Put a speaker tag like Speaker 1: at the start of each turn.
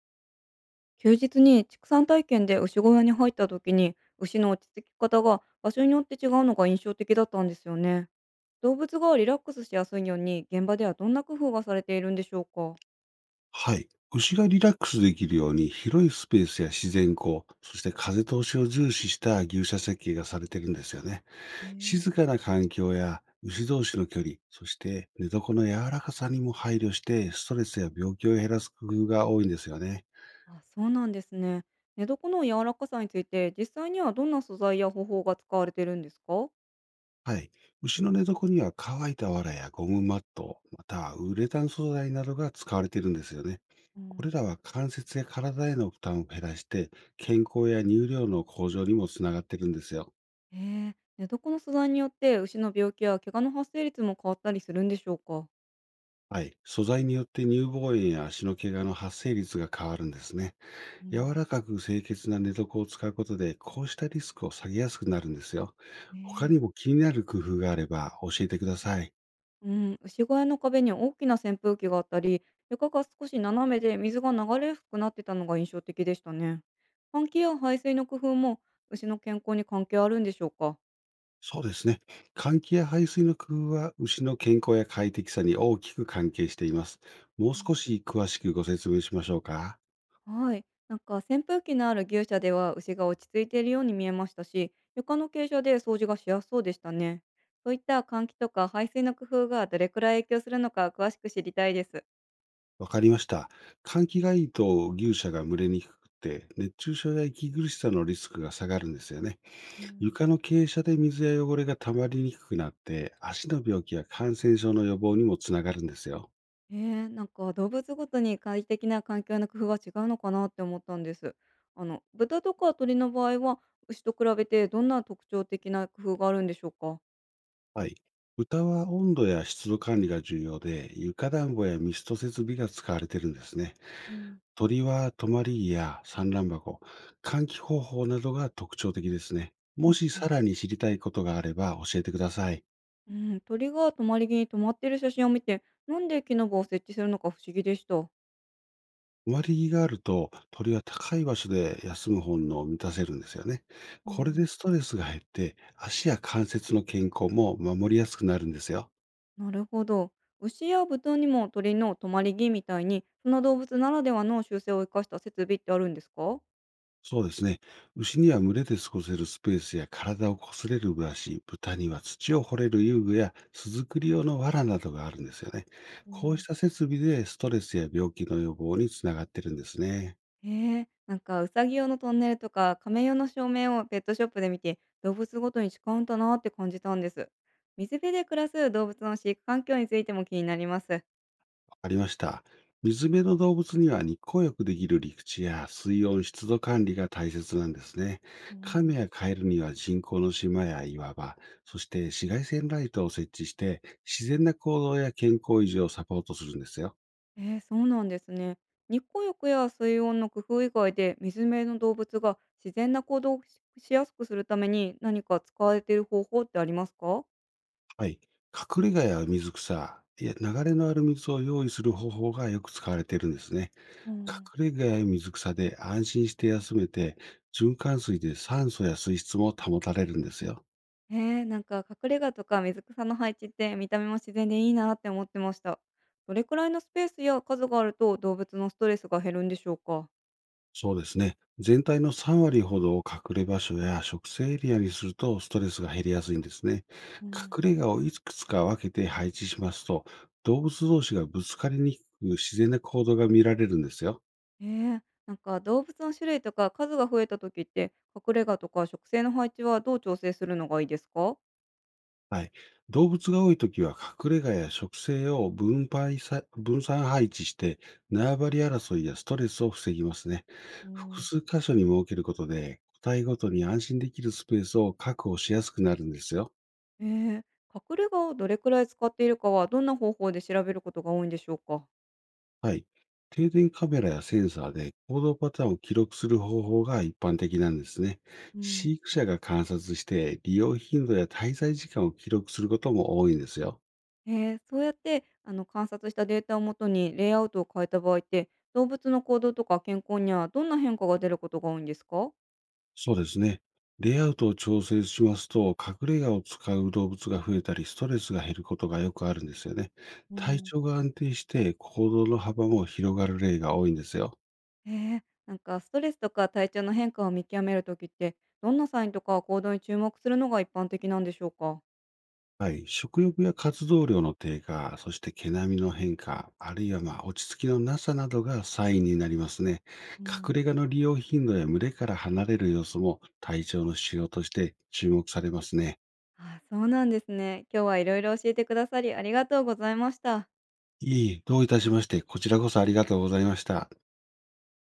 Speaker 1: 休日に畜産体験で牛小屋に入った時に、牛の落ち着き方が場所によって違うのが印象的だったんですよね。動物がリラックスしやすいように、現場ではどんな工夫がされているんでしょうか。
Speaker 2: はい。牛がリラックスできるように広いスペースや自然光、そして風通しを重視した牛舎設計がされてるんですよね。
Speaker 1: ね
Speaker 2: 静
Speaker 1: え。
Speaker 2: かな環境や牛同士の距離、そして寝床の柔らかさにも配慮してストレスや病気を減らす工夫が多いんですよね。
Speaker 1: あ、そうなんですね。寝床の柔らかさについて、実際にはどんな素材や方法が使われているんですか。
Speaker 2: はい。牛の寝床には乾いた藁やゴムマット、またはウレタン素材などが使われているんですよね。
Speaker 1: う
Speaker 2: これ
Speaker 1: ん。
Speaker 2: らは関節や体への負担を減らして、健康や乳量の向上にもつながっているんですよ。
Speaker 1: えー、寝床の素材によって牛の病気や怪我の発生率も変わったりするんでしょうか。
Speaker 2: はい。素材によって乳房炎や足の怪我の発生率が変わるんですね。
Speaker 1: うん。
Speaker 2: 柔らかく清潔な寝床を使うことで、こうしたリスクを下げやすくなるんですよ。他
Speaker 1: ね
Speaker 2: に
Speaker 1: え。
Speaker 2: も気になる工夫があれば教えてください。
Speaker 1: うん、牛小屋の壁に大きな扇風機があったり、床が少し斜めで水が流れやすくなってたのが印象的でしたね。換気や排水の工夫も牛の健康に関係あるんでしょうか。
Speaker 2: そうですね。換気や排水の工夫は牛の健康や快適さに大きく関係しています。もう
Speaker 1: う
Speaker 2: 少
Speaker 1: ん、
Speaker 2: し詳しくご説明しましょうか。
Speaker 1: はい。なんか扇風機のある牛舎では牛が落ち着いているように見えましたし、床の傾斜で掃除がしやすそうでしたね。そういった換気とか排水の工夫がどれくらい影響するのか詳しく知りたいです。
Speaker 2: わかりました。換気がいいと牛舎が蒸れにくくて、熱中症や息苦しさのリスクが下がるんですよね。
Speaker 1: うん。
Speaker 2: 床の傾斜で水や汚れが溜まりにくくなって、足の病気や感染症の予防にもつながるんですよ。
Speaker 1: ええ、なんか動物ごとに快適な環境の工夫は違うのかなって思ったんです。あの、豚とか鳥の場合は、牛と比べてどんな特徴的な工夫があるんでしょうか。
Speaker 2: はい。豚は温度や湿度管理が重要で、床暖房やミスト設備が使われてるんですね。
Speaker 1: うん、
Speaker 2: 鳥は泊まり木や産卵箱、換気方法などが特徴的ですね。
Speaker 1: う
Speaker 2: も
Speaker 1: ん
Speaker 2: し
Speaker 1: うん、
Speaker 2: さらに知りたいことがあれば教えてください。
Speaker 1: うん、鳥が止まり木に止まってる写真を見て、なんで木の棒を設置するのか不思議でした。
Speaker 2: 終わりがあると、鳥は高い場所で休む本能を満たせるんですよね。
Speaker 1: う
Speaker 2: これで
Speaker 1: ん、
Speaker 2: ストレスが減って、足や関節の健康も守りやすくなるんですよ。
Speaker 1: なるほど。牛や豚にも鳥の止まり木みたいに、その動物ならではの習性を生かした設備ってあるんですか。
Speaker 2: そうですね。牛には群れで過ごせるスペースや体をこすれるブラシ、豚には土を掘れる遊具や巣作り用の藁などがあるんですよね。こうした設備でストレスや病気の予防につながってるんですね。
Speaker 1: へえ、なんかうさぎ用のトンネルとか亀用の照明をペットショップで見て、動物ごとに違うんだなって感じたんです。水辺で暮らす動物の飼育環境についても気になります。
Speaker 2: ありました。水辺の動物には日光浴できる陸地や水温、湿度管理が大切なんですね。
Speaker 1: う
Speaker 2: カ
Speaker 1: ん。
Speaker 2: メやカエルには人工の島や岩場、そして紫外線ライトを設置して、自然な行動や健康維持をサポートするんですよ。
Speaker 1: そうなんですね。日光浴や水温の工夫以外で、水辺の動物が自然な行動をしやすくするために何か使われている方法ってありますか。
Speaker 2: はい。隠れ家や水草、いや流れのある水を用意する方法がよく使われているんですね。
Speaker 1: うん。
Speaker 2: 隠れ家や水草で安心して休めて、循環水で酸素や水質も保たれるんですよ。
Speaker 1: へえ、なんか隠れ家とか水草の配置って見た目も自然でいいなって思ってました。どれくらいのスペースや数があると動物のストレスが減るんでしょうか。
Speaker 2: そうですね。全体の3割ほどを隠れ場所や植生エリアにするとストレスが減りやすいんですね。
Speaker 1: うん、
Speaker 2: 隠れ家をいくつか分けて配置しますと、動物同士がぶつかりにくく自然な行動が見られるんですよ。
Speaker 1: へえ、なんか動物の種類とか数が増えた時って、隠れ家とか植生の配置はどう調整するのがいいですか。
Speaker 2: はい。動物が多いときは隠れ家や植生を分散配置して、縄張り争いやストレスを防ぎますね。
Speaker 1: う
Speaker 2: 複
Speaker 1: ん、
Speaker 2: 数箇所に設けることで、個体ごとに安心できるスペースを確保しやすくなるんですよ。
Speaker 1: へえ、隠れ家をどれくらい使っているかはどんな方法で調べることが多いんでしょうか。
Speaker 2: はい。定点カメラやセンサーで行動パターンを記録する方法が一般的なんですね。
Speaker 1: うん。
Speaker 2: 飼育者が観察して利用頻度や滞在時間を記録することも多いんですよ。
Speaker 1: へえー、そうやって、あの、観察したデータをもとにレイアウトを変えた場合って、動物の行動とか健康にはどんな変化が出ることが多いんですか？
Speaker 2: そうですね。レイアウトを調整しますと、隠れ家を使う動物が増えたり、ストレスが減ることがよくあるんですよね。
Speaker 1: う
Speaker 2: 体
Speaker 1: ん、
Speaker 2: 調が安定して行動の幅も広がる例が多いんですよ。
Speaker 1: へえー、なんかストレスとか体調の変化を見極めるときって、どんなサインとか行動に注目するのが一般的なんでしょうか？
Speaker 2: はい、食欲や活動量の低下、そして毛並みの変化、あるいはまあ落ち着きのなさなどがサインになりますね。
Speaker 1: う
Speaker 2: 隠
Speaker 1: ん。
Speaker 2: れ家の利用頻度や群れから離れる様子も体調の指標として注目されますね。
Speaker 1: ああ、そうなんですね。今日はいろいろ教えてくださりありがとうございました。
Speaker 2: いいどういたしまして、こちらこそありがとうございました。